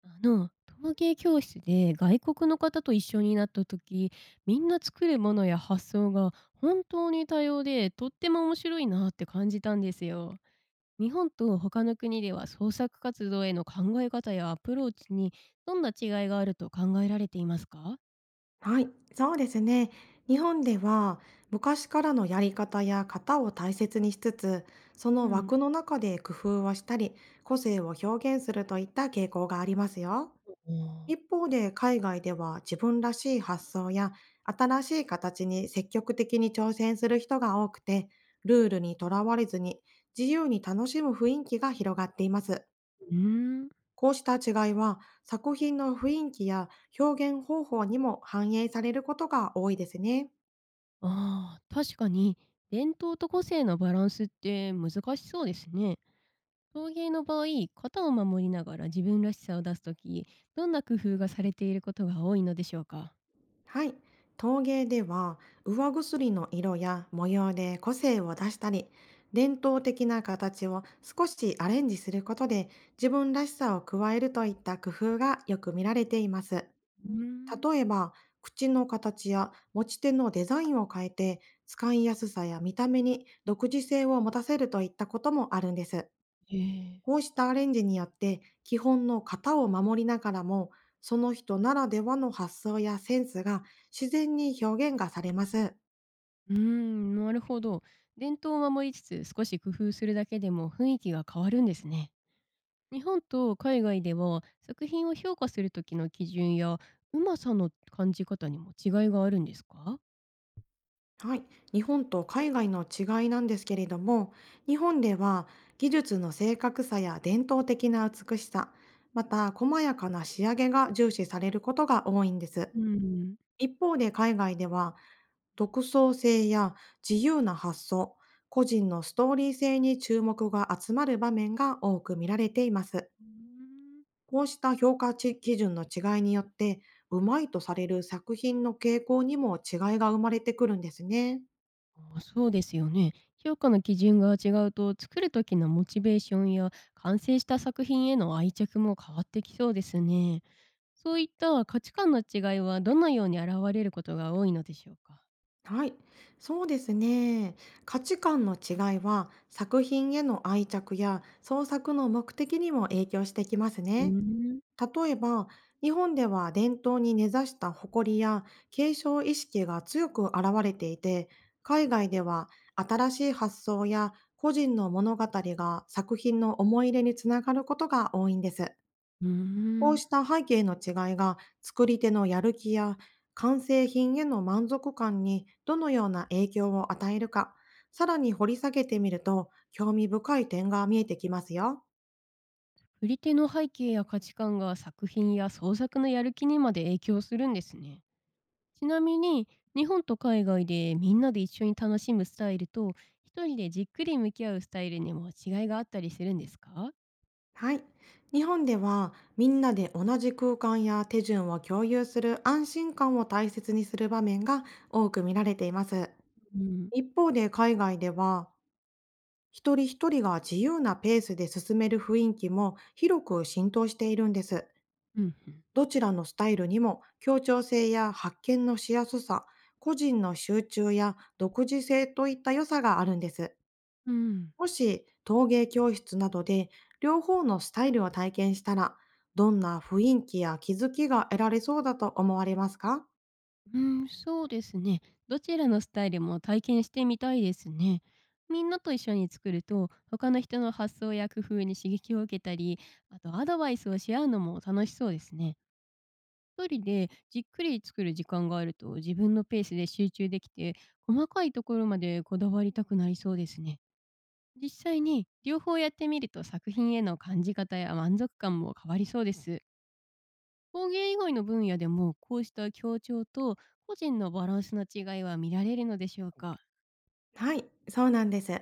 陶芸教室で外国の方と一緒になった時、みんな作るものや発想が本当に多様で、とっても面白いなって感じたんですよ。日本と他の国では創作活動への考え方やアプローチにどんな違いがあると考えられていますか？はい、そうですね。日本では昔からのやり方や型を大切にしつつ、そうのん、枠の中で工夫をしたり、個性を表現するといった傾向がありますよ。あ一方で海外では自分らしい発想や新しい形に積極的に挑戦する人が多くて、ルールにとらわれずに自由に楽しむ雰囲気が広がっています。ー、うーん、こうした違いは作品の雰囲気や表現方法にも反映されることが多いですね。ああ、確かに伝統と個性のバランスって難しそうですね。陶芸の場合、型を守りながら自分らしさを出すとき、どんな工夫がされていることが多いのでしょうか？はい。陶芸では上薬の色や模様で個性を出したり、伝統的な形を少しアレンジすることで自分らしさを加えるといった工夫がよく見られています。うーん、例えば、口の形や持ち手のデザインを変えて使いやすさや見た目に独自性を持たせるといったこともあるんです。ええ、こうしたアレンジによって、基本の型を守りながらも、その人ならではの発想やセンスが自然に表現がされます。うーん、なるほど。伝統を守りつつ少し工夫するだけでも雰囲気が変わるんですね。日本と海外では作品を評価する時の基準やうまさの感じ方にも違いがあるんですか？はい。日本と海外の違いなんですけれども、日本では技術の正確さや伝統的な美しさ、また細やかな仕上げが重視されることが多いんです。うん。一方で海外では、独創性や自由な発想、個人のストーリー性に注目が集まる場面が多く見られています。こうした評価値基準の違いによって、うまいとされる作品の傾向にも違いが生まれてくるんですね。あー、そうですよね。評価の基準が違うと作る時のモチベーションや完成した作品への愛着も変わってきそうですね。そういった価値観の違いはどのように現れることが多いのでしょうか？はい、そうですね。価値観の違いは作品への愛着や創作の目的にも影響してきますうーね。ん、例えば、日本では伝統に根ざした誇りや継承意識が強く現れていて、海外では新しい発想や個人の物語が作品の思い入れにつながることが多いんです。うーこうん、した背景の違いが作り手のやる気や完成品への満足感にどのような影響を与えるか、さらに掘り下げてみると興味深い点が見えてきますよ。振り手の背景や価値観が作品や創作のやる気にまで影響するんですね。ちなみに日本と海外でみんなで一緒に楽しむスタイルと一人でじっくり向き合うスタイルにも違いがあったりするんですか？はい。日本ではみんなで同じ空間や手順を共有する安心感を大切にする場面が多く見られています。うん一方で海外では一人一人が自由なペースで進める雰囲気も広く浸透しているんです。うん、うん。どちらのスタイルにも協調性や発見のしやすさ、個人の集中や独自性といった良さがあるんです。うん。もし陶芸教室などで両方のスタイルを体験したら、どんな雰囲気や気づきが得られそうだと思われますか？うん、そうですね。どちらのスタイルも体験してみたいですね。みんなと一緒に作ると、他の人の発想や工夫に刺激を受けたり、あとアドバイスをし合うのも楽しそうですね。一人でじっくり作る時間があると自分のペースで集中できて、細かいところまでこだわりたくなりそうですね。実際に両方やってみると作品への感じ方や満足感も変わりそうです。工芸以外の分野でもこうした協調と個人のバランスの違いは見られるのでしょうか？はい、そうなんです。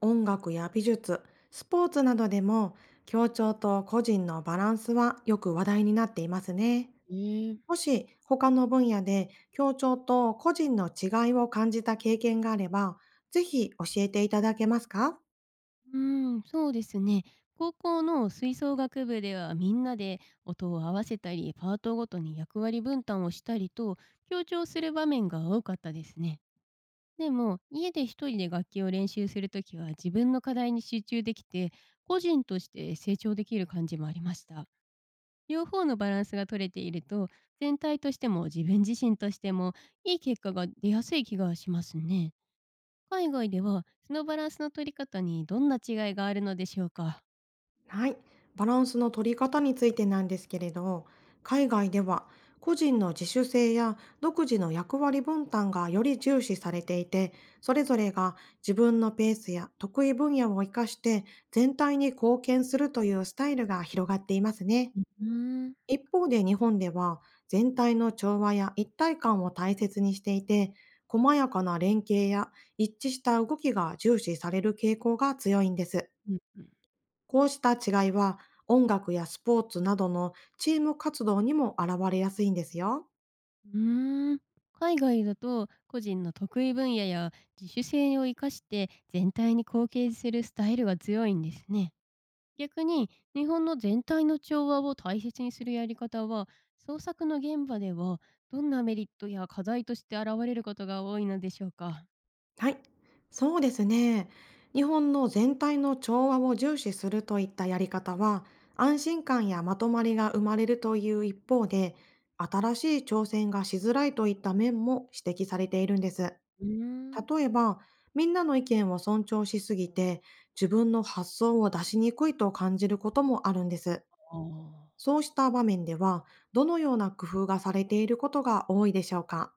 音楽や美術、スポーツなどでも、協調と個人のバランスはよく話題になっていますね。えー、もし他の分野で協調と個人の違いを感じた経験があれば、ぜひ教えていただけますか？うーん、そうですね。高校の吹奏楽部ではみんなで音を合わせたりパートごとに役割分担をしたりと強調する場面が多かったですね。でも家で一人で楽器を練習するときは自分の課題に集中できて個人として成長できる感じもありました。両方のバランスが取れていると、全体としても自分自身としてもいい結果が出やすい気がしますね。海外ではそのバランスの取り方にどんな違いがあるのでしょうか。はい、バランスの取り方についてなんですけれど、海外では個人の自主性や独自の役割分担がより重視されていて、それぞれが自分のペースや得意分野を生かして全体に貢献するというスタイルが広がっていますね。うーん、一方で日本では全体の調和や一体感を大切にしていて、細やかな連携や一致した動きが重視される傾向が強いんです。うんうん、こうした違いは音楽やスポーツなどのチーム活動にも現れやすいんですよ。うーん、海外だと個人の得意分野や自主性を生かして全体に貢献するスタイルが強いんですね。逆に日本の全体の調和を大切にするやり方は創作の現場ではどんなメリットや課題として現れることが多いのでしょうか？はい。そうですね。日本の全体の調和を重視するといったやり方は、安心感やまとまりが生まれるという一方で、新しい挑戦がしづらいといった面も指摘されているんです。うーん、例えば、みんなの意見を尊重しすぎて、自分の発想を出しにくいと感じることもあるんです。あ、そうした場面では、どのような工夫がされていることが多いでしょうか？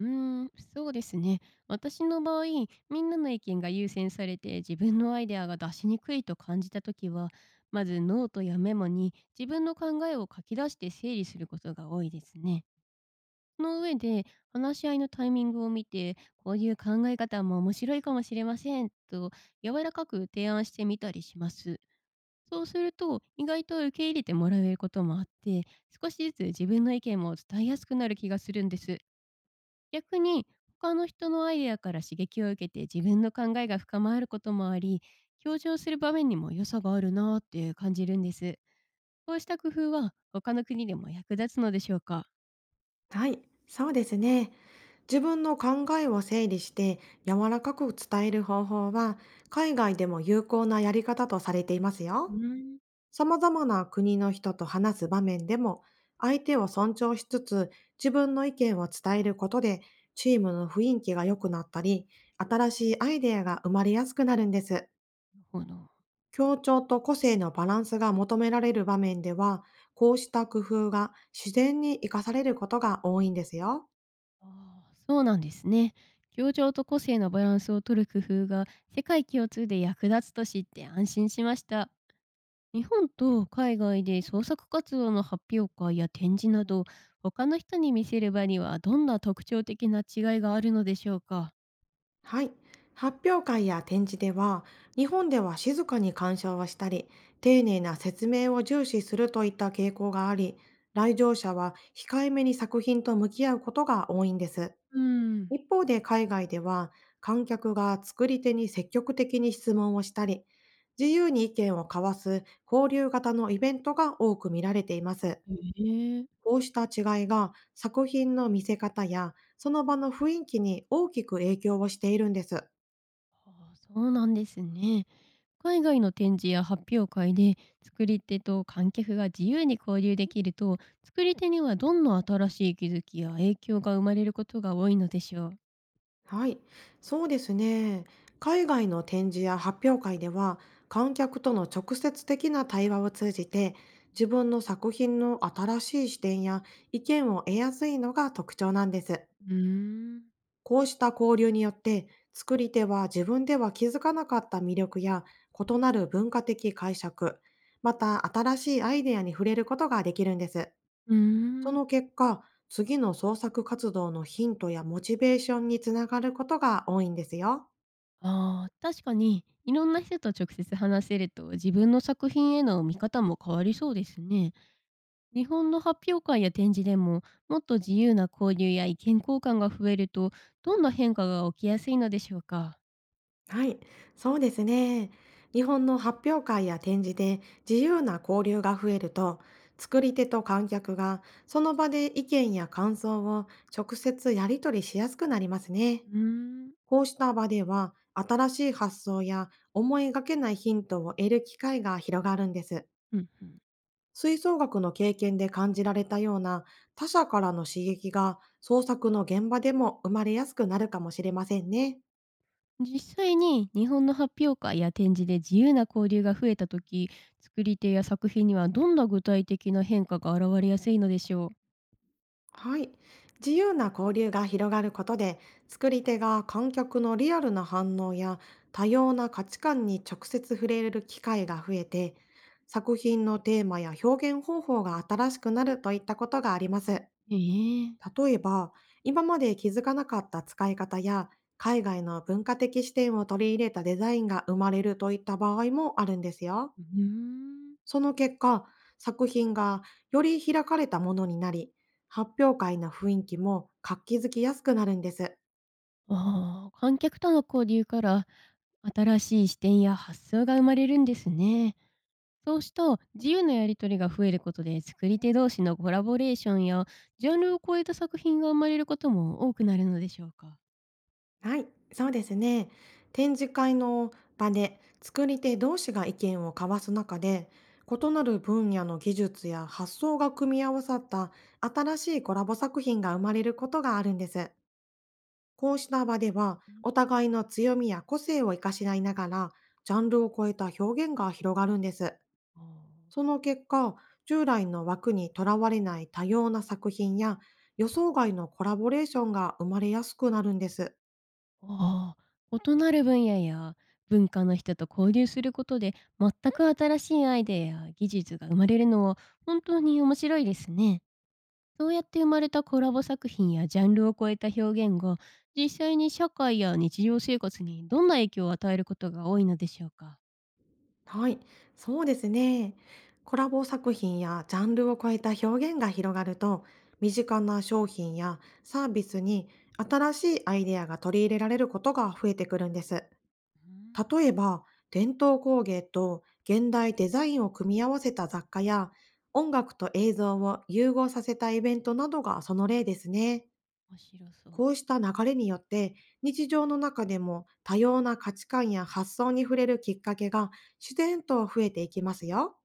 うーん、そうですね。私の場合、みんなの意見が優先されて自分のアイデアが出しにくいと感じた時は、まずノートやメモに自分の考えを書き出して整理することが多いですね。その上で、話し合いのタイミングを見て、こういう考え方も面白いかもしれませんと、柔らかく提案してみたりします。そうすると、意外と受け入れてもらえることもあって、少しずつ自分の意見も伝えやすくなる気がするんです。逆に、他の人のアイデアから刺激を受けて自分の考えが深まることもあり、表情する場面にも良さがあるなって感じるんです。こうした工夫は他の国でも役立つのでしょうか？はい、そうですね。自分の考えを整理して柔らかく伝える方法は、海外でも有効なやり方とされていますうーよ。ん。な様々な国の人と話す場面でも、相手を尊重しつつ自分の意見を伝えることで、チームの雰囲気が良くなったり、新しいアイデアが生まれやすくなるんです。るほど。協調と個性のバランスが求められる場面では、こうした工夫が自然に活かされることが多いんですよ。ああ、そうなんですね。協調と個性のバランスを取る工夫が世界共通で役立つと知って安心しました。日本と海外で創作活動の発表会や展示など他の人に見せる場にはどんな特徴的な違いがあるのでしょうか？はい。発表会や展示では、日本では静かに鑑賞をしたり、丁寧な説明を重視するといった傾向があり、来場者は控えめに作品と向き合うことが多いんです。うん、一方で海外では観客が作り手に積極的に質問をしたり、自由に意見を交わす交流型のイベントが多く見られています。へえ、こうした違いが作品の見せ方やその場の雰囲気に大きく影響をしているんです。ああ、そうなんですね。海外の展示や発表会で作り手と観客が自由に交流できると作り手にはどんな新しい気づきや影響が生まれることが多いのでしょう？はい、そうですね。海外の展示や発表会では観客との直接的な対話を通じて自分の作品の新しい視点や意見を得やすいのが特徴なんです。うーん、こうした交流によって、作り手は自分では気づかなかった魅力や異なる文化的解釈、また新しいアイデアに触れることができるんです。うーそん、の結果、次の創作活動のヒントやモチベーションにつながることが多いんですよ。ああ、確かにいろんな人と直接話せると自分の作品への見方も変わりそうですね。日本の発表会や展示でももっと自由な交流や意見交換が増えるとどんな変化が起きやすいのでしょうか？はい、そうですね。日本の発表会や展示で自由な交流が増えると、作り手と観客がその場で意見や感想を直接やり取りしやすくなりますね。うーん、こうした場では、新しい発想や思いがけないヒントを得る機会が広がるんです。うんうん、吹奏楽の経験で感じられたような他者からの刺激が創作の現場でも生まれやすくなるかもしれませんね。実際に日本の発表会や展示で自由な交流が増えた時作り手や作品にはどんな具体的な変化が現れやすいのでしょう？はい。自由な交流が広がることで、作り手が観客のリアルな反応や多様な価値観に直接触れる機会が増えて、作品のテーマや表現方法が新しくなるといったことがあります。ええ、例えば、今まで気づかなかった使い方や、海外の文化的視点を取り入れたデザインが生まれるといった場合もあるんですよ。うう、ーん、その結果、作品がより開かれたものになり、発表会の雰囲気も活気づきやすくなるんです。ああ、観客との交流から新しい視点や発想が生まれるんですね。そうした自由なやり取りが増えることで作り手同士のコラボレーションやジャンルを超えた作品が生まれることも多くなるのでしょうか。はい、そうですね。展示会の場で作り手同士が意見を交わす中で、異なる分野の技術や発想が組み合わさった新しいコラボ作品が生まれることがあるんです。こうした場では、うん、お互いの強みや個性を生かし合いながら、ジャンルを超えた表現が広がるんです。あそー、の結果、従来の枠にとらわれない多様な作品や、予想外のコラボレーションが生まれやすくなるんです。ああ、異なる分野や文化の人と交流することで全く新しいアイデアや技術が生まれるのは本当に面白いですね。そうやって生まれたコラボ作品やジャンルを超えた表現が実際に社会や日常生活にどんな影響を与えることが多いのでしょうか。はい、そうですね。コラボ作品やジャンルを超えた表現が広がると、身近な商品やサービスに新しいアイデアが取り入れられることが増えてくるんです。うん、例えば、伝統工芸と現代デザインを組み合わせた雑貨や、音楽と映像を融合させたイベントなどがその例ですね。面白そう。こうした流れによって、日常の中でも多様な価値観や発想に触れるきっかけが自然と増えていきますよ。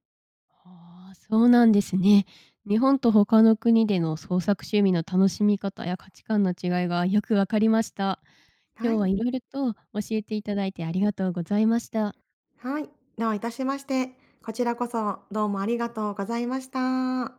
ああ、そうなんですね。日本と他の国での創作趣味の楽しみ方や価値観の違いがよくわかりました。は今日はい。いろいろと教えていただいてありがとうございました。はい。どういたしまして。こちらこそどうもありがとうございました。